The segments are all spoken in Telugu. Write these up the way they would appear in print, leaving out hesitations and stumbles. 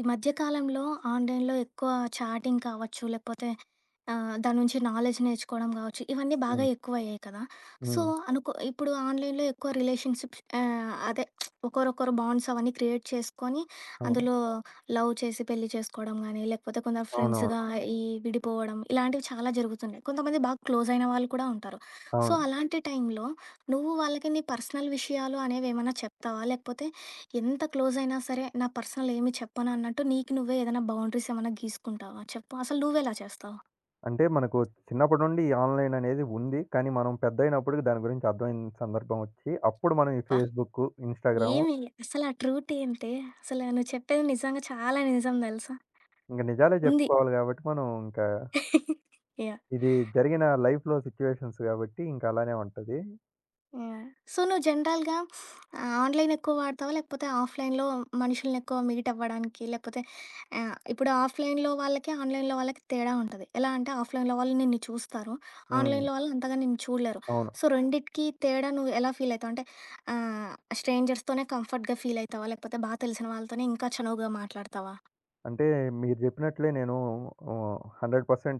ఈ మధ్య కాలంలో ఆన్‌లైన్‌లో ఎక్కువ చాటింగ్ కావచ్చు, లేకపోతే దాని నుంచి నాలెడ్జ్ నేర్చుకోవడం కావచ్చు, ఇవన్నీ బాగా హ్మ్. ఎక్కువయ్యాయి కదా! సో, హ్మ్. అనుకో ఇప్పుడు ఆన్‌లైన్‌లో ఎక్కువ రిలేషన్‌షిప్స్ అదే ఒకరొకరు బాండ్స్ అవన్నీ క్రియేట్ చేసుకొని, అవును. అందులో లవ్ చేసి పెళ్లి చేసుకోవడం గానీ, లేకపోతే కొందరు అవునవును. ఫ్రెండ్స్‌గా ఈ విడిపోవడం, ఇలాంటివి చాలా జరుగుతున్నాయి. కొంతమంది బాగా క్లోజ్ అయిన వాళ్ళు కూడా ఉంటారు. సో, అవును. అలాంటి టైంలో నువ్వు వాళ్ళకి నీ పర్సనల్ విషయాలు అనేవేమైనా చెప్తావా? లేకపోతే ఎంత క్లోజ్ అయినా సరే నా పర్సనల్ ఏమి చెప్పను అన్నట్టు నీకు నువ్వే ఏదైనా బౌండరీస్ ఏమైనా గీసుకుంటావా చెప్పు అసలు నువ్వెలా చేస్తావు? అంటే మనకు చిన్నప్పటి నుండి ఈ ఆన్‌లైన్ అనేది ఉంది. కానీ మనం పెద్దయినప్పటికి దాని గురించి అర్థమైన సందర్భం వచ్చి, అప్పుడు మనం ఈ అబ్బా, ఫేస్‌బుక్కు, ఇన్‌స్టాగ్రాము ఏమి అసలు ఆ ట్రూట్ ఏంటి? అసలు నువ్వు చెప్పేది నిజంగా చాలా నిజం తెలుసా? ఇంక నిజాలే ఉంది. చెప్పుకోవాలి కాబట్టి మనం ఇంకా యా. ఇది జరిగిన లైఫ్‌లో సిట్యుయేషన్స్ కాబట్టి ఇంక అలానే ఉంటది. యాహ్! సో, నువ్వు జనరల్‌గా ఆన్‌లైన్ ఎక్కువ వాడతావా? లేకపోతే ఆఫ్‌లైన్‌లో మనుషుల్ని ఎక్కువ మీట్ అవ్వడానికి? లేకపోతే ఇప్పుడు ఆఫ్‌లైన్‌లో వాళ్ళకి, ఆన్‌లైన్‌లో వాళ్ళకి తేడా ఉంటది. ఎలా అంటే ఆఫ్‌లైన్‌లో వాళ్ళు నిన్ను చూస్తారు. హ్మ్. ఆన్‌లైన్‌లో వాళ్ళు అంతగా నిన్ను చూడలేరు. అవును. సో, రెండిటికి తేడా నువ్వు ఎలా ఫీల్ అయితావు? అంటే ఆహ్, స్ట్రేంజర్స్‌తోనే కంఫర్ట్‌గా ఫీల్ అయితావా? లేకపోతే బా తెలిసిన వాళ్ళతోనే ఇంకా చనువుగా మాట్లాడతావా? అంటే మీరు చెప్పినట్లే నేను 100%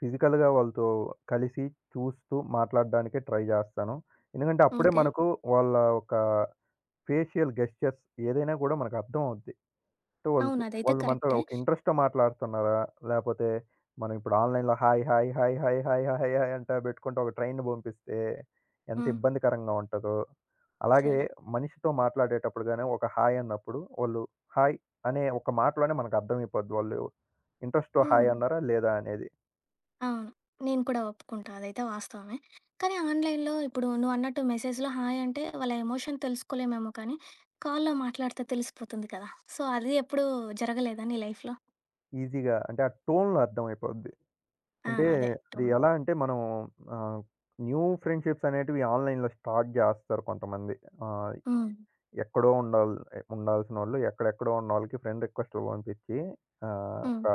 ఫిజికల్‌గా వాళ్ళతో కలిసి, చూస్తూ మాట్లాడడానికే ట్రై జేస్తాను. ఎందుకంటే అప్పుడే ఓకే. మనకు వాళ్ళ ఒక ఫేషియల్ గెస్చర్స్ ఏదైనా కూడా మనకు అర్థమవుద్ది. అంటే వాళ్ళు అవును. అదైతే వాళ్ళు మనతో కరెక్టే. ఒక ఇంట్రెస్ట్‌తో మాట్లాడుతున్నారా? లేపోతే మనం ఇప్పుడు ఆన్‌లైన్‌లో hi, hi, hi, hi, hi, hi, hi అంటా పెట్టుకుంటూ ఒక ట్రైన్‌ని పంపిస్తే ఎంత హ్మ్. ఇబ్బందికరంగా ఉంటదో. అలాగే సరే. మనిషితో మాట్లాడేటప్పుడు గాని ఒక హాయ్ అన్నప్పుడు వాళ్ళు హాయ్ అనే ఒక మాటలోనే మనకు అర్థమైపోద్ది. వాళ్ళు ఇంట్రెస్ట్‌తో హాయ్ హ్మ్. అన్నారా? లేదా? అనేది. అవును. నేను కూడా ఒప్పుకుంటా. అదైతే వాస్తవమే. కానీ ఆన్‌లైన్‌లో ఇప్పుడు నువ్వన్నట్టు మెసేజ్‌లో హాయ్ అంటే వాళ్ళ ఎమోషన్ తెలుసుకోలేమేమో కానీ, కాల్‌లో మాట్లాడితే తెలిసిపోతుంది కదా! సో, అది ఎప్పుడు జరగలేదా నీ లైఫ్‌లో? ఈజీగా అంటే ఆ టోన్‌లో అర్థమైపోద్ది. ఆ! అంటే అదే అది టోన్. ఎలా అంటే మనం ఆహ్, న్యూ ఫ్రెండ్‌షిప్స్ అనేటివి ఆన్‌లైన్‌లో స్టార్ట్ జేస్తారు కొంతమంది. ఆహ్, హ్మ్. ఎక్కడో ఉండాల్ ఉండాల్సినోళ్ళు ఎక్కడెక్కడో ఉన్నోళ్ళకి ఫ్రెండ్ రిక్వెస్ట్‌లు పంపించి హ్మ్. ఒక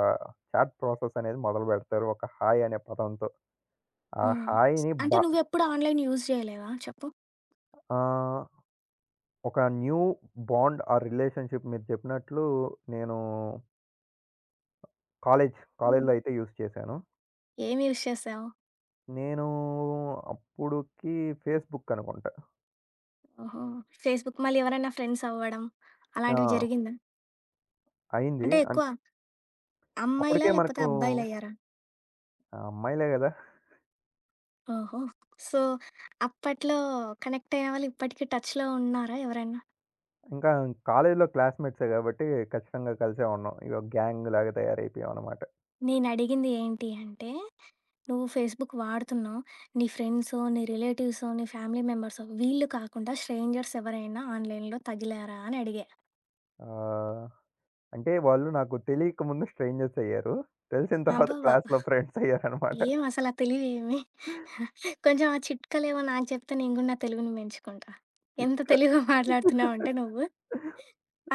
చాట్ ప్రాసెస్ అనేది మొదలుబెడతారు. ఒక హాయ్ అనే పదంతో. ఆ హ్మ్. హాయ్‌ని బ అంటే నువ్వెప్పుడు ఆన్‌లైన్ యూజ్ చేయలేదా చెప్పు? ఆహ్, ఒక న్యూ బాండ్ ఆ రిలేషన్‌షిప్ మీరు చెప్పినట్లు నేను కాలేజ్ హ్మ్. కాలేజ్‌లో అయితే యూజ్ చేశాను. ఏం యూజ్ చేసావు? నేను అప్పుడుకి ఫేస్‌బుక్ అనుకుంటా. ఓహో! ఫేస్‌బుక్ మళ్ళీ ఎవరైనా ఫ్రెండ్స్ అవ్వడం ఆ! అలాంటివి జరిగిందా? అయింది. అంటే ఎక్కువ అమ్మాయిలా? అప్పటికే లేకపోతే మనకు అబ్బాయిలయ్యారా? ఆ అమ్మాయిలే గదా! ఓహో! సో, అప్పట్లో కనెక్టయిన వాళ్ళు ఇప్పటికి టచ్‌లో ఉన్నారా ఎవరైనా? ఇంకా కాలేజీలో క్లాస్‌మేట్సే గాబట్టి ఖచ్చితంగా కలిసే ఉన్నాం. ఇగ గ్యాంగ్‌లాగా తయారైపోయాం అన్నమాట. నేనడిగింది ఏంటి అంటే, నువ్వు ఫేస్‌బుక్ వాడుతున్నావు. నీ ఫ్రెండ్సో, నీ రిలేటివ్సో, నీ ఫ్యామిలీ మెంబర్సో వీళ్ళు కాకుండా స్ట్రేంజర్స్ ఎవరైనా ఆన్‌లైన్‌లో తగిలారా అని అడిగా. ఆహ్, అంటే వాళ్ళు నాకు తెలియక ముందు స్ట్రేంజర్స్ అయ్యారు. తెలిసిన తర్వాత అబ్బబ్బబ్బా! క్లాస్‌లో ఫ్రెండ్స్ అయ్యారన్నమాట. ఏం అసలా తెలివేమి? కొంచెం ఆ చిట్కలేవో నాకు చెప్తే నేను గూడా నా తెలుగుని పెంచుకుంటా. ఎంత తెలివిగా మాట్లాడుతున్నావంటే నువ్వు.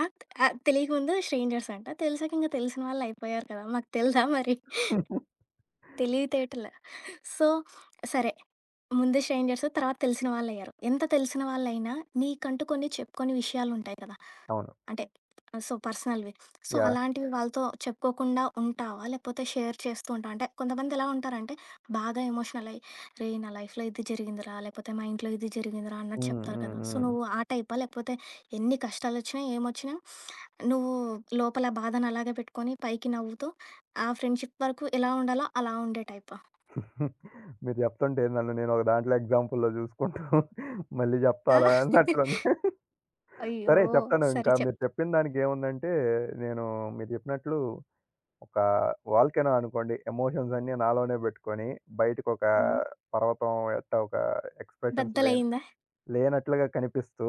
ఆ! ఆ! తెలియకముందు స్ట్రేంజర్స్ అంట. తెలిసాక ఇంక తెలిసిన వాళ్ళయిపోయారు కదా! మాకు తెల్దా మరి తెలివితేటలు. సో, సరే. ముందు స్ట్రేంజర్స్ తర్వాత తెలిసిన వాళ్ళయ్యారు. ఎంత తెలిసిన వాళ్ళైనా నీకంటూ కొన్ని చెప్పుకోని విషయాలుంటాయి కదా! అవును. అంటే సో, పర్సనల్‌వి. So, yeah! అలాంటివి వాళ్ళతో చెప్పుకోకుండా ఉంటావా? లేకపోతే షేర్ చేస్తూ ఉంటావా? అంటే కొంతమంది ఎలా ఉంటారంటే బాగా ఎమోషనల్ అయ్యి, "రేయ్! నా లైఫ్‌లో ఇది జరిగిందిరా" లేకపోతే "మా ఇంట్లో ఇది జరిగిందిరా" అన్నట్టు హ్మ్. చెప్తారు హ్మ్. కదా! సో, హ్మ్. నువ్వు ఆ టైపా? లేకపోతే ఎన్ని కష్టాలొచ్చినా, ఏమొచ్చినా నువ్వు లోపల బాధను అలాగే పెట్టుకొని పైకి నవ్వుతూ ఆ ఫ్రెండ్‌షిప్ వరకు ఎలా ఉండాలో అలా ఉండే టైపా? మీరు జెప్తుంటే నన్ను నేను ఒక దాంట్లో ఎగ్జాంపుల్‌లో జూసుకుంటూ మళ్ళీ ఆ! జెప్పాలా అన్నట్లుంది. అయ్యో! సరే చెప్తాను సరే ఇంకా చెప్. మీరు చెప్పిన దానికేముందంటే నేను మీరు జెప్పినట్లు ఒక వాల్కెనో అనుకోండి. ఎమోషన్స్ అన్నీ నాలోనే బెట్టుకొని, బయటకొక హ్మ్. పర్వతం ఎట్ట ఒక ఎక్స్‌ప్రెషన్స్ లేన్ బద్దలయిందా? లేనట్లుగా కనిపిస్తూ,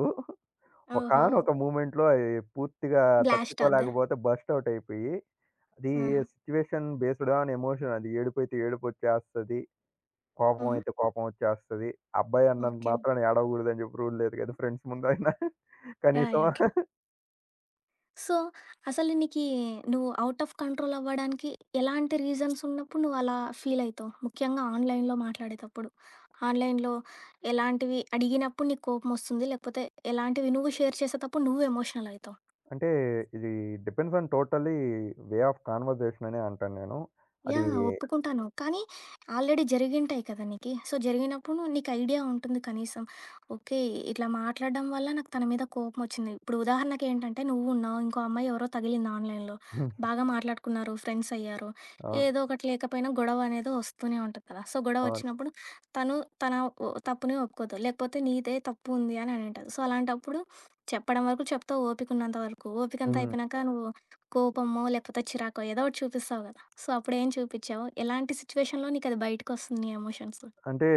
ఓహో! ఒకానొక మూమెంట్‌లో అయి పూర్తిగా బ్లాస్ట్ అవుద్దా? తట్టుకోలేకపోతే బర్స్ట్ ఔట్ అయిపోయి, అది ఆహా! సిట్యుయేషన్ బేస్డ్ ఆన్ ఎమోషన్ అది. ఏడుపైతే ఏడుపొచ్చేస్తది. కోపం హుహు. అయితే కోపం వచ్చేస్తది. అబ్బాయి అన్నంత ఓకే. మాత్రాన ఏడవగూడదని జెప్పి రూల్ లేదు గదా! ఫ్రెండ్స్ ముందైనా. యాహ్! కనీసం యాహ్! ట్రూ. సో, అసలు నీకీ నువ్వు ఔట్ ఆఫ్ కంట్రోల్ అవ్వడానికి ఎలాంటి రీజన్స్ ఉన్నప్పుడు నువ్వు అలా ఫీల్ అయితావు? ముఖ్యంగా ఆన్‌లైన్‌లో మాట్లాడేతప్పుడు. ఆన్‌లైన్‌లో ఎలాంటివి అడిగినప్పుడు నీకు కోపమొస్తుంది? లేకపోతే ఎలాంటివి నువ్వు షేర్ చేసేతప్పుడు నువ్వు ఎమోషనల్ అయితావు? అంటే ఇది depends on totally way of conversation అనే అంటాను నేను. అది యాహ్! ఒప్పుకుంటాను. కానీ ఆల్రెడీ జరిగింటాయి కదా నీకి. సో, జరిగినప్పుడు నీకు ఐడియా ఉంటుంది కనీసం. ఓకే. ఇట్లా మాట్లాడడం వల్ల నాకు తన మీద కోపమొచ్చింది. ఇప్పుడు ఉదాహరణకేంటంటే నువ్వున్నావు. ఇంకో అమ్మాయి ఎవరో తగిలింది ఆన్‌లైన్‌లో. హ్మ్. బాగా మాట్లాడుకున్నారు. ఫ్రెండ్స్ అయ్యారు. అవును. ఏదో ఒకటి లేకపోయినా గొడవ అనేది వస్తూనే ఉంటది కదా! సో, గొడవ అవును. వచ్చినప్పుడు తను తన ఒ తప్పుని ఒప్పుకోదు. లేకపోతే నీదే తప్పు ఉంది అని అనింటది. సో, అలాంటప్పుడు చెప్పడం వరకు చెప్తావు ఓపికున్నంత వరకు. ఓపికంతా హ్మ్. అయిపోయినాక నువ్వు కోపమో, లేకపోతే చిరాకో ఏదో ఒకటి చూపిస్తావు గ. సో, అప్పుడేం చూపిచ్చావు? ఎలాంటి సిట్యుయేషన్‌లో నీకది బయటకొస్తుంది నీ ఎమోషన్స్? అంటే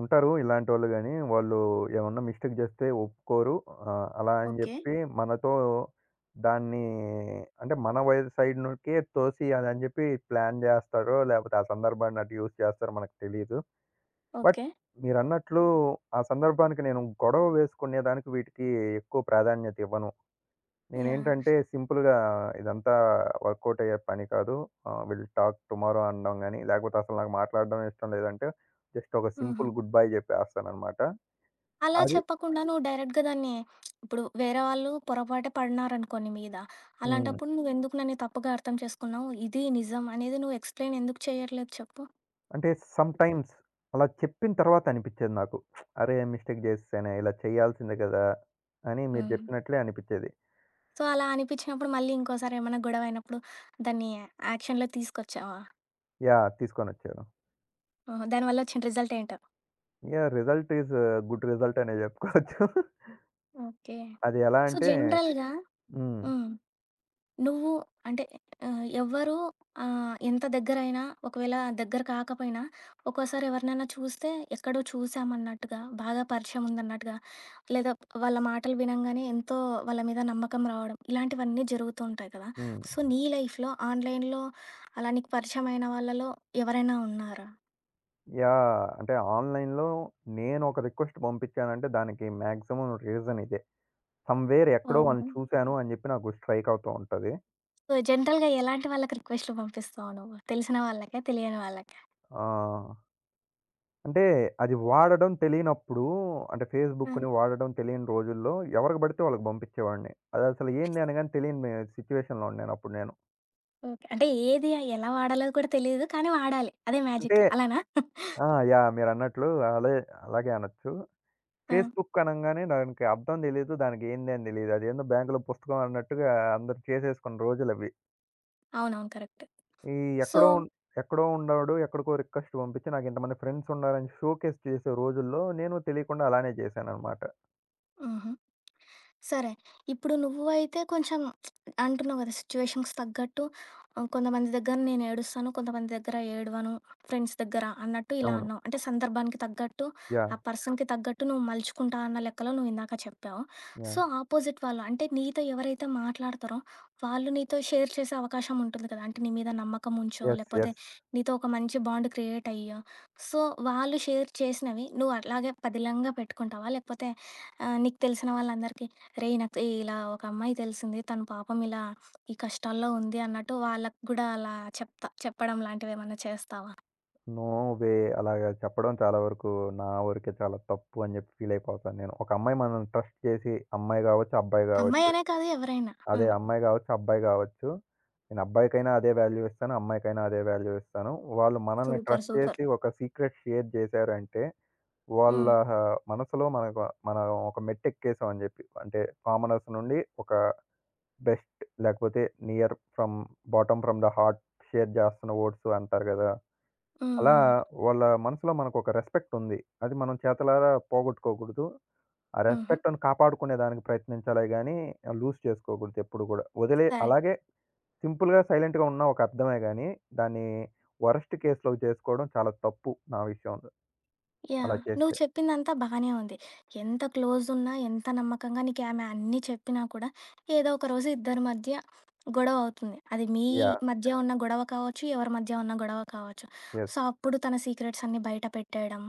ఉంటారు ఇలాంటోళ్ళు గాని, వాళ్ళు ఏమన్నా మిస్టేక్ చేస్తే ఒప్పుకోరు. అలా అని ఓకే. చెప్పి మనతో దాన్ని అంటే మన వైపు సైడ్ నుంకే తోసియాలని చెప్పి ప్లాన్ చేస్తారో, లేకపోతే ఆ సందర్భాన్ని అటు యూజ్ చేస్తారో మనకు తెలీదు. But okay. మీరన్నట్లు ఆ సందర్భానికి నేను గొడవ వేసుకునేదానికి వీటికి ఎక్కువ ప్రాధాన్యత ఇవ్వను. యాహ్! నేనేంటంటే సింపుల్‌గా ఇదంతా వర్కౌట్ అయ్యే పని కాదు. విల్ టాక్ టుమారో అనడం గాని, లేకపోతే అసలు నాకు మాట్లాడడం ఇష్టం లేదంటే జస్ట్ ఒక హుహు. సింపుల్ గుడ్ బై చెప్పేస్తాననమాట. అలా అది చెప్పకుండా నువ్వు డైరెక్ట్‌గా దాన్ని ఇప్పుడు వేరే వాళ్ళు పొరపాటే పడినారనుకో నీ మీద. హ్మ్. అలాంటప్పుడు నువ్వెందుకు నన్ను తప్పుగా అర్థం చేసుకున్నావు? ఇది నిజం అనేది నువ్వు ఎక్స్‌ప్లెయిన్ ఎందుకు చేయట్లేదు చెప్పు? అంటే సమ్‌టైమ్స్ అలా చెప్పిన తర్వాత అనిపిచ్చేది నాకు. అరే! మిస్టేక్ చేసేసానే ఇలా చేయాల్సిందే కదా! అని మీరు హుహు. చెప్పినట్లే అనిపిచ్చేది. సో, అలా అనిపిచ్చినప్పుడు మళ్ళీ ఇంకోసారి ఏమన్నా గొడవయినప్పుడు దాన్ని యాక్షన్‌లో తీసుకొచ్చావా? యాహ్! తీసుకొనొచ్చాను. ఓహో! దానివల్ల వచ్చిన రిజల్ట్ ఏంటో? Yeah! Result is good result అనే చెప్పుకోవచ్చు. ఓకే. అది ఎలా సో, అంటే జనరల్‌గా హ్మ్. హ్మ్. నువ్వు అంటే ఎవ్వరు ఎంత దగ్గరైనా ఒకవేళ దగ్గర కాకపోయినా, ఒక్కోసారి ఎవరినైనా చూస్తే ఎక్కడో చూసామన్నట్టుగా, బాగా పరిచయం ఉందన్నట్టుగా, లేదా వాళ్ళ మాటలు వినంగానే ఎంతో వాళ్ళ మీద నమ్మకం రావడం, ఇలాంటివన్నీ జరుగుతూ ఉంటాయి కదా! హ్మ్. సో, నీ లైఫ్‌లో ఆన్‌లైన్‌లో అలా నీకు పరిచయమైన వాళ్ళలో ఎవరైనా ఉన్నారా? యాహ్! అంటే ఆన్‌లైన్‌లో నేనొక రిక్వెస్ట్ పంపించానంటే దానికి మాక్సిమం రీజన్ ఇదే. సమ్‌వేర్ ఎక్కడో వాళ్ళని అవును. చూసాను అని చెప్పి నాకు స్ట్రైక్ అవుతూ ఉంటది. సో, జనరల్‌గా ఎలాంటి వాళ్ళకి రిక్వెస్ట్‌లు పంపిస్తావు నువ్వు? తెలిసిన వాళ్ళకా? తెలియని వాళ్ళకా? ఆహ్, అంటే అది వాడడం తెలియనప్పుడు అంటే ఆ! ఫేస్‌బుక్‌ని వాడడం తెలియని రోజుల్లో ఎవరికి పడితే వాళ్ళకి పంపించేవాడిని. అదసలు ఏంది అనగానే తెలియని మే సిట్యుయేషన్‌లో ఉన్నానప్పుడు నేను. ఓకే. అంటే ఏది ఎలా వాడాలో కూడా తెలీదు. కానీ వాడాలి. అదే మ్యాజిక్ అంటే అలానా? ఆ! యాహ్! మీరన్నట్లు అలే అలాగే అనొచ్చు. ఆ! ఫేస్‌బుక్ అనంగానే దానికి అర్థం తెలీదు. దానికి ఏంది అని తెలీదు. అదేందో బ్యాంకులో పుస్తకం అన్నట్టుగా అందరూ చేసేసుకున్న రోజులవి. అవునవును. కరెక్ట్. ఈ సో. ఎక్కడో ఉన్ ఎక్కడో ఉన్నాడు. ఎక్కడికో రిక్వెస్ట్ పంపించి నాకు ఇంతమంది ఫ్రెండ్స్ ఉన్నారని షోకేస్ చేసే రోజుల్లో నేను తెలియకుండా అలానే చేశాననమాట. హుహు. సరే. ఇప్పుడు నువ్వు అయితే కొంచెం అంటున్నావు కదా! సిట్యుయేషన్‌కి తగ్గట్టు కొంతమంది దగ్గర నేను ఏడుస్తాను. కొంతమంది దగ్గర ఏడవను. ఫ్రెండ్స్ దగ్గర అన్నట్టు ఇలా అవును. అన్నావు. అంటే సందర్భానికి తగ్గట్టు, ఆ యాహ్! పర్సన్‌కి తగ్గట్టు నువ్వు మలుచుకుంటా అన్న లెక్కలో నువ్వు ఇందాక చెప్పావు. So, yeah! ఆపోజిట్ వాళ్ళు అంటే నీతో ఎవరైతే మాట్లాడతారో వాళ్ళు నీతో షేర్ చేసే అవకాశం ఉంటుంది కదా! అంటే నీ మీద నమ్మకం ఉంచో, యెస్. లేకపోతే యెస్. నీతో ఒక మంచి బాండ్ క్రియేట్ అయ్యో. సో, వాళ్ళు షేర్ చేసినవి నువ్వు అట్లాగే పదిలంగా పెట్టుకుంటావా? లేకపోతే ఆ! నీకు తెలిసిన వాళ్ళందరికీ "రేయ్! నాకు ఇలా ఒక అమ్మాయి తెలిసింది. తను పాపం ఇలా ఈ కష్టాల్లో ఉంది" అన్నట్టు వాళ్ళకి గూడా అలా చెప్పడం లాంటివేమన్నా చేస్తావా? నో వే అలాగా చెప్పడం చాలా వరకు నా వరకే చాలా తప్పు అని జెప్పి ఫీల్ అయిపోతాను నేను. ఒక అమ్మాయి మనల్ని ట్రస్ట్ చేసి అమ్మాయి గావచ్చు, అబ్బాయి గావచ్చు. అమ్మాయనే కాదు ఎవరైనా. ఆ! అదే అమ్మాయి గావచ్చు, అబ్బాయి గావచ్చు. నేను అబ్బాయికైనా అదే వాల్యూ ఇస్తాను. అమ్మాయికైనా అదే వాల్యూ ఇస్తాను. వాళ్ళు మనల్ని సూపర్. Trust super. చేసి ఒక సీక్రెట్ షేర్ చేశారంటే వాళ్ళ హ్మ్. మనసులో మనకు మనం ఒక మెట్టెక్కేసాం అని చెప్పి. అంటే కామనర్స్ నుండి ఒక బెస్ట్ లేకపోతే near from bottom from the heart share చేస్తున్న ఓట్స్ అంటారు కదా! హ్మ్. అలా హ్మ్. వాళ్ళ మనసులో మనకొక రెస్పెక్ట్ ఉంది. అది మనం చేతలారా పోగొట్టుకోకూడదు. ఆ హుహు. రెస్పెక్ట్‌ని కాపాడుకునే దానికి ప్రయత్నించాలే గానీ లూజ్ చేసుకోకూడదు ఎప్పుడు కూడా. వదిలే సరే. అలాగే సింపుల్‌గా సైలెంట్‌గా ఉన్నా ఒక అర్థమే గానీ దాన్ని వరస్ట్ కేస్‌లోకి చేసుకోవడం చాలా తప్పు నా విషయంలో యాహ్! అలా నువ్వు చేస్తే. చెప్పిందంతా బానే ఉంది. ఎంత క్లోజున్నా, ఎంత నమ్మకంగా నీకామె అన్నీ చెప్పినా కూడా, ఏదో ఒక రోజు ఇద్దరి మధ్య గొడవ అవుతుంది. అది మీ యాహ్! మధ్య ఉన్న గొడవ కావచ్చు, ఎవరి మధ్య ఉన్న గొడవ కావచ్చు. So, yes. అప్పుడు తన సీక్రెట్స్ అన్నీ బయట పెట్టేయడం,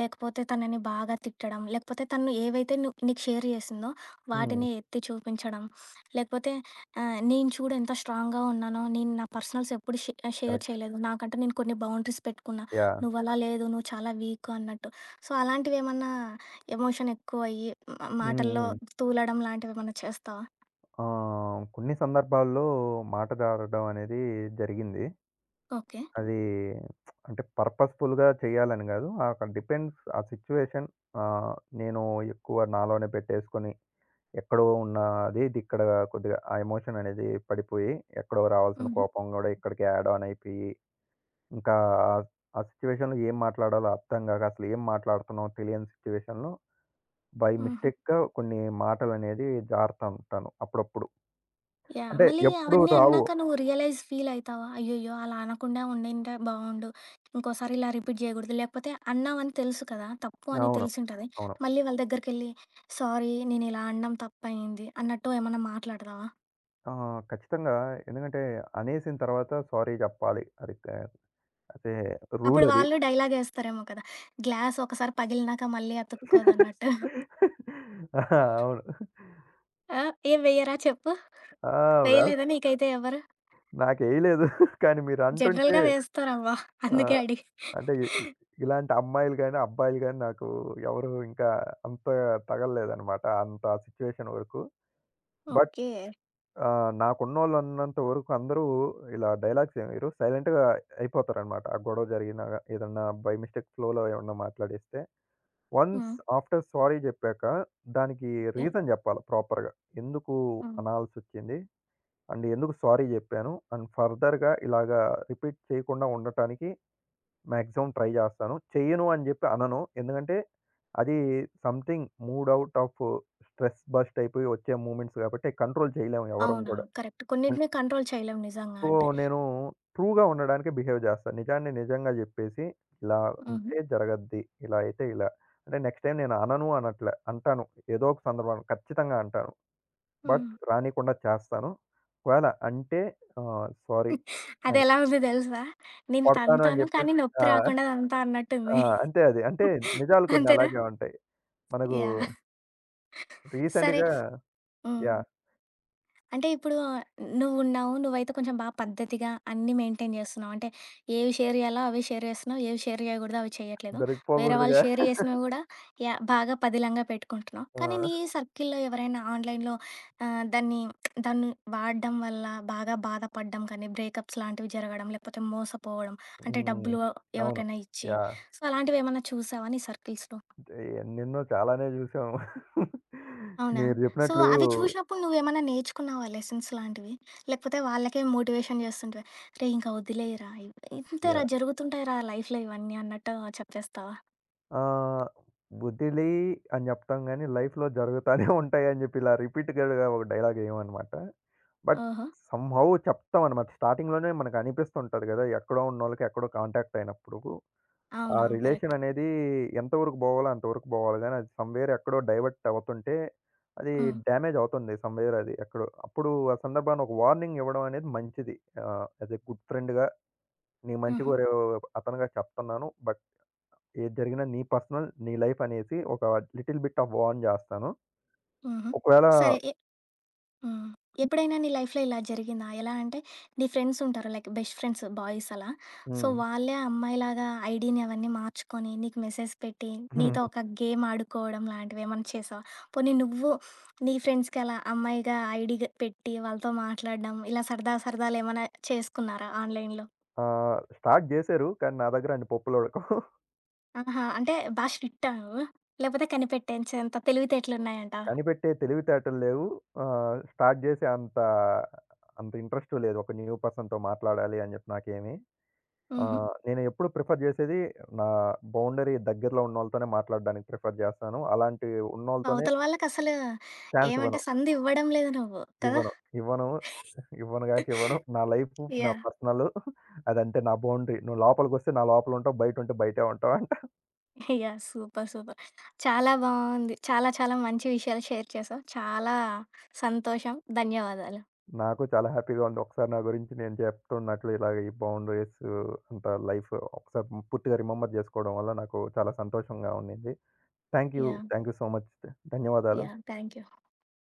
లేకపోతే తనని బాగా తిట్టడం, లేకపోతే తను ఏవైతే నువ్వు నీకు షేర్ చేసిందో హ్మ్. వాటిని ఎత్తి చూపించడం, లేకపోతే నేను చూడు ఎంత స్ట్రాంగ్‌గా ఉన్నానో, నేను నా పర్సనల్స్ ఎప్పుడు షేర్ కరెక్ట్. చేయలేదు. నాకంటూ నేను కొన్ని బౌండరీస్ పెట్టుకున్నా. యాహ్! నువ్వలా లేదు, నువ్వు చాలా వీక్ అన్నట్టు. సో, అలాంటివేమన్నా ఎమోషన్ ఎక్కువయ్యి హ్మ్. మాటల్లో హ్మ్. తూలడం లాంటివేమన్నా చేస్తావా? కొన్ని సందర్భాల్లో మాట జారడం అనేది జరిగింది. ఓకే. అది అంటే పర్పస్‌ఫుల్‌గా చేయాలని కాదు. అక్కడ డిపెండ్స్ ఆ సిట్యుయేషన్ ఆహ్, నేను ఎక్కువ నాలోనే పెట్టేసుకొని ఎక్కడో ఉన్న అది ఇది ఇక్కడ కొద్దిగా ఆ ఎమోషన్ అనేది పడిపోయి, ఎక్కడో రావాల్సిన హుహు. కోపం కూడా ఇక్కడికి యాడ్ ఆన్ అయిపోయి, ఇంకా ఆ సిట్యుయేషన్‌లో ఏం మాట్లాడాలో అర్థం కాక అసలు ఏం మాట్లాడుతున్నామో తెలియని సిట్యుయేషన్‌లో బై హుహు. మిస్టేక్‌గా కొన్ని మాటలనేది జారుతా ఉంటాను అప్పుడప్పుడు. యాహ్! అంటే మళ్ళీ ఎప్పుడు అవన్నీ రావు. అన్నాక నువ్వు రియలైజ్ ఫీల్ అయితావా? అయ్యయ్యో! అలా అనకుండా ఉండింటే బావుండు. ఇంకోసారి ఇలా రిపీట్ జేయగూడదు. లేకపోతే అన్నావని తెలుసు కదా! తప్పు అని అవును. తెలిసుంటది. అవును. మళ్ళీ వాళ్ళ దగ్గరికెళ్ళి సారీ నేనిలా అనడం తప్పయింది అన్నట్టు ఏమన్నా మాట్లాడతావా? ఖచ్చితంగా ఎందుకంటే అనేసిన తర్వాత సారీ జెప్పాలి. అది క అదే రూల్ అప్పుడు అది. వాళ్ళు డైలాగేస్తారేమో కదా! గ్లాస్ ఒకసారి పగిలినాక మళ్ళీ అతుక్కోదన్నట్టు. ఆ! అవును. ఆ! ఏం వెయ్యరా చెప్పు? ఆ! వెల్ వేయలేదా నీకైతే ఎవరు? నాకేయలేదు. కానీ మీరంటుంటే జనరల్‌గా వేస్తారవ్వ. అందుకే ఆహ్, అడిగా. అంటే ఇ ఇ ఇలాంటి అమ్మాయిలు గాని, అబ్బాయిలు గాని నాకు ఎవరు ఇంకా అంత తగలలేదనమాట. అంత సిట్యుయేషన్ వరకు. But okay. ఆ! నాకున్నోళ్ళు అన్నంత వరకు అందరూ ఇలా డైలాగ్స్ ఏమి వేయరు. సైలెంట్‌గా అయిపోతారనమాట. ఆ గొడవ జరిగినా ఏదన్నా బై మిస్టేక్ ఫ్లోలో ఏమన్నా మాట్లాడేస్తే. Once hmm. ఆఫ్టర్ సారీ జెప్పాక దానికి ఓకే. రీజన్ జెప్పాల ప్రాపర్‌గా. ఎందుకు హ్మ్. అనాల్సొచ్చింది? అండ్ ఎందుకు సారీ జెప్పాను? అండ్ ఫర్దర్‌గా ఇలాగా రిపీట్ చేయకుండా ఉండటానికి మాక్సిమం ట్రై జేస్తాను. చెయ్యను అని జెప్పి అనను. ఎందుకంటే అది something mood out of stress bust అయిపోయి వచ్చే మూమెంట్స్ గాబట్టి కంట్రోల్ చేయలేము ఎవరం గూడా. అవునవును. కరెక్ట్. కొన్నిటిని కంట్రోల్ చేయలేం నిజంగా సో, అంటే. నేను ట్రూగా ఉండడానికే బిహేవ్ జేస్తాను. నిజాన్ని నిజంగా జెప్పేసి, ఇలా హుహు. ఉంటే జరగద్ది. ఇలా అయితే ఇలా. అంటే నెక్స్ట్ టైమ్ నేను అనను అనట్లే. అంటాను. ఏదో ఒక సందర్భంలో ఖచ్చితంగా అంటాను. బట్ హ్మ్. రానీకుండా చేస్తాను. ఒకవేళ అంటే సారీ అని. అదెలా ఉంది తెలుసా? నేను కొడతాను అని తంతాను కానీ జెప్పేసి ఆ! నొప్పి రాకుండా తంతా ఆ! అన్నట్టుంది. అంతే అది. అంటే నిజాలు కొన్ని అంతేనా? అలాగే ఉంటాయి. మనకు యాహ్! సరే. రీసెంట్‌గా హ్మ్. యాహ్! అంటే ఇప్పుడు నువ్వున్నావు. నువ్వైతే కొంచెం బా పద్ధతిగా అన్నీ మెయింటైన్ జేస్తున్నావు. అంటే ఏవి షేర్ జేయాలో అవి షేర్ జేస్తున్నావు. ఏవి షేర్ జేయగూడదో అవి చెయ్యట్లేదు. వేరే వాళ్ళు దొరికిపోకూడదుగా! షేర్ జేసినవి గూడా యా బాగా పదిలంగా పెట్టుకుంటున్నావు. కానీ నీ ఆ! సర్కిల్‌లో ఎవరైనా ఆన్‌లైన్‌లో దాన్ని దాన్ని వాడడం వల్ల బాగా బాధపడడం కానీ, బ్రేకప్స్ లాంటివి జరగడం, లేకపోతే మోసపోవడం అంటే హ్మ్. డబ్బులు అవును. ఎవరికైనా ఇచ్చి. యాహ్! సో, అలాంటివేమన్నా చూసావా నీ సర్కిల్స్‌లో? ఎన్నెన్నో చాలానే జూసాం. అవునా? మీరు సో, జెప్పినట్లు అవి చూసినప్పుడు నువ్వేమన్నా నేర్చుకున్నావా లెసన్స్ లాంటివి? లేకపోతే వాళ్ళకే మోటివేషన్ జేస్తుంటివా? రేయ్! ఇంక వదిలేయరా య ఇంతేరా జరుగుతుంటాయిరా లైఫ్‌లో ఇవన్నీ అన్నట్టు చెప్పేస్తావా? ఆహ్, "వదిలెయి" అని జెప్తాం గానీ, లైఫ్‌లో జరుగుతానే ఉంటాయని జెప్పి ఇలా రిపీటెడ్‌గా ఒక డైలాగ్ ఎయమనమాట. బట్ ఓహో! సమ్‌హౌ చెప్తామనమాట. స్టార్టింగ్‌లోనే మనకు అనిపిస్తుంటది గదా! ఎక్కడో ఉన్నోళ్ళకి ఎక్కడో కాంటాక్ట్ అయినప్పుడు, ఆ అవునవును. కరెక్ట్. రిలేషన్ అనేది ఎంతవరకు బోవాలో అంతవరకు బోవాలి గానీ, అది సమ్‌వేర్ ఎక్కడో డైవర్ట్ అవుతుంటే, అది హ్మ్. డ్యామేజ్ అవుతుంది సమ్‌వేర్ అది ఎక్కడో. అప్పుడు ఆ సందర్భాన ఒక వార్నింగ్ ఇవ్వడం అనేది మంచిది. యాస్ ఎ గుడ్ ఫ్రెండ్‌గా నీ మంచి హుహు. కోరే అతనుగా చెప్తున్నాను. బట్ ఏది జరిగినా నీ పర్సనల్, నీ లైఫ్ అనేసి ఒక లిటిల్ బిట్ ఆఫ్ వార్న్ జేస్తాను. హుహు. ఒకవేళ సరే. ఎ హ్మ్. ఎప్పుడైనా నీ లైఫ్‌లో ఇలా జరిగిందా? ఎలా అంటే నీ ఫ్రెండ్స్ ఉంటారు. లైక్ బెస్ట్ ఫ్రెండ్స్ బాయ్స్ అలా. హ్మ్. సో, వాళ్ళే అమ్మాయిలాగా ఐడీని అవన్నీ మార్చుకొని నీకు మెసేజ్ పెట్టి, నీతో ఒక గేమ్ ఆడుకోవడం లాంటివి ఏమన్నా చేసావా? పోనీ నువ్వు నీ ఫ్రెండ్స్‌కి అలా అమ్మాయిగా ఐడీ గ పెట్టి వాళ్ళతో మాట్లాడడం ఇలా సరదా సరదాలేమన్నా చేసుకున్నారా ఆన్‌లైన్‌లో? స్టార్ట్ జేశారు. కానీ నా దగ్గర అన్ని పప్పులొడకవు. ఆహా! అంటే బా స్ట్రిక్టా నువ్వు? లేకపోతే కనిపెట్టేంచేంత తెలివితేటలున్నాయంటావా? కనిపెట్టే తెలివితేటలు లేవు. స్టార్ట్ జేసే అంత, అంత ఇంట్రెస్టు లేదు. ఒక న్యూ పర్సన్‌తో మాట్లాడాలి అని జెప్పి నాకేమి. హుహు. నేను ఎప్పుడు ప్రిఫర్ జేసేది నా బౌండరీ దగ్గరలో ఉన్నోళ్ళతోనే మాట్లాడడానికి ప్రిఫర్ జేస్తాను. అలాంటి ఉన్నోళ్ళతోనే అవతల వాళ్ళకసలు ఛాన్స్ ఏమంటే ఇవ్వను. సందు ఇవ్వడం లేదు నువ్వు కదా! ఇవ్వను. ఇవ్వను. ఇవ్వను గాక ఇవ్వను. నా లైఫు, నా యాహ్! పర్సనలు అదంతే నా బౌండరీ. నువ్వు లోపలికొస్తే నా లోపల ఉంటావు. బయటుంటే బయటే ఉంటావు అంట. యాహ్! సూపర్. సూపర్. చాలా బావుంది. చాలా చాలా మంచి విషయాలు షేర్ చేశావు. చాలా సంతోషం. ధన్యవాదాలు. నాకు చాలా హ్యాపీగా ఉంది. ఒకసారి నా గురించి నేను చెప్తున్నట్లు ఇలాగ ఈ బౌండరీస్ అంత లైఫ్ ఒకసారి పూర్తిగా రిమెంబర్ చేసుకోవడం వల్ల నాకు చాలా సంతోషంగా ఉండింది. Thank you. Yeah! Thank you so much. ధన్యవాదాలు. యాహ్! Thank you.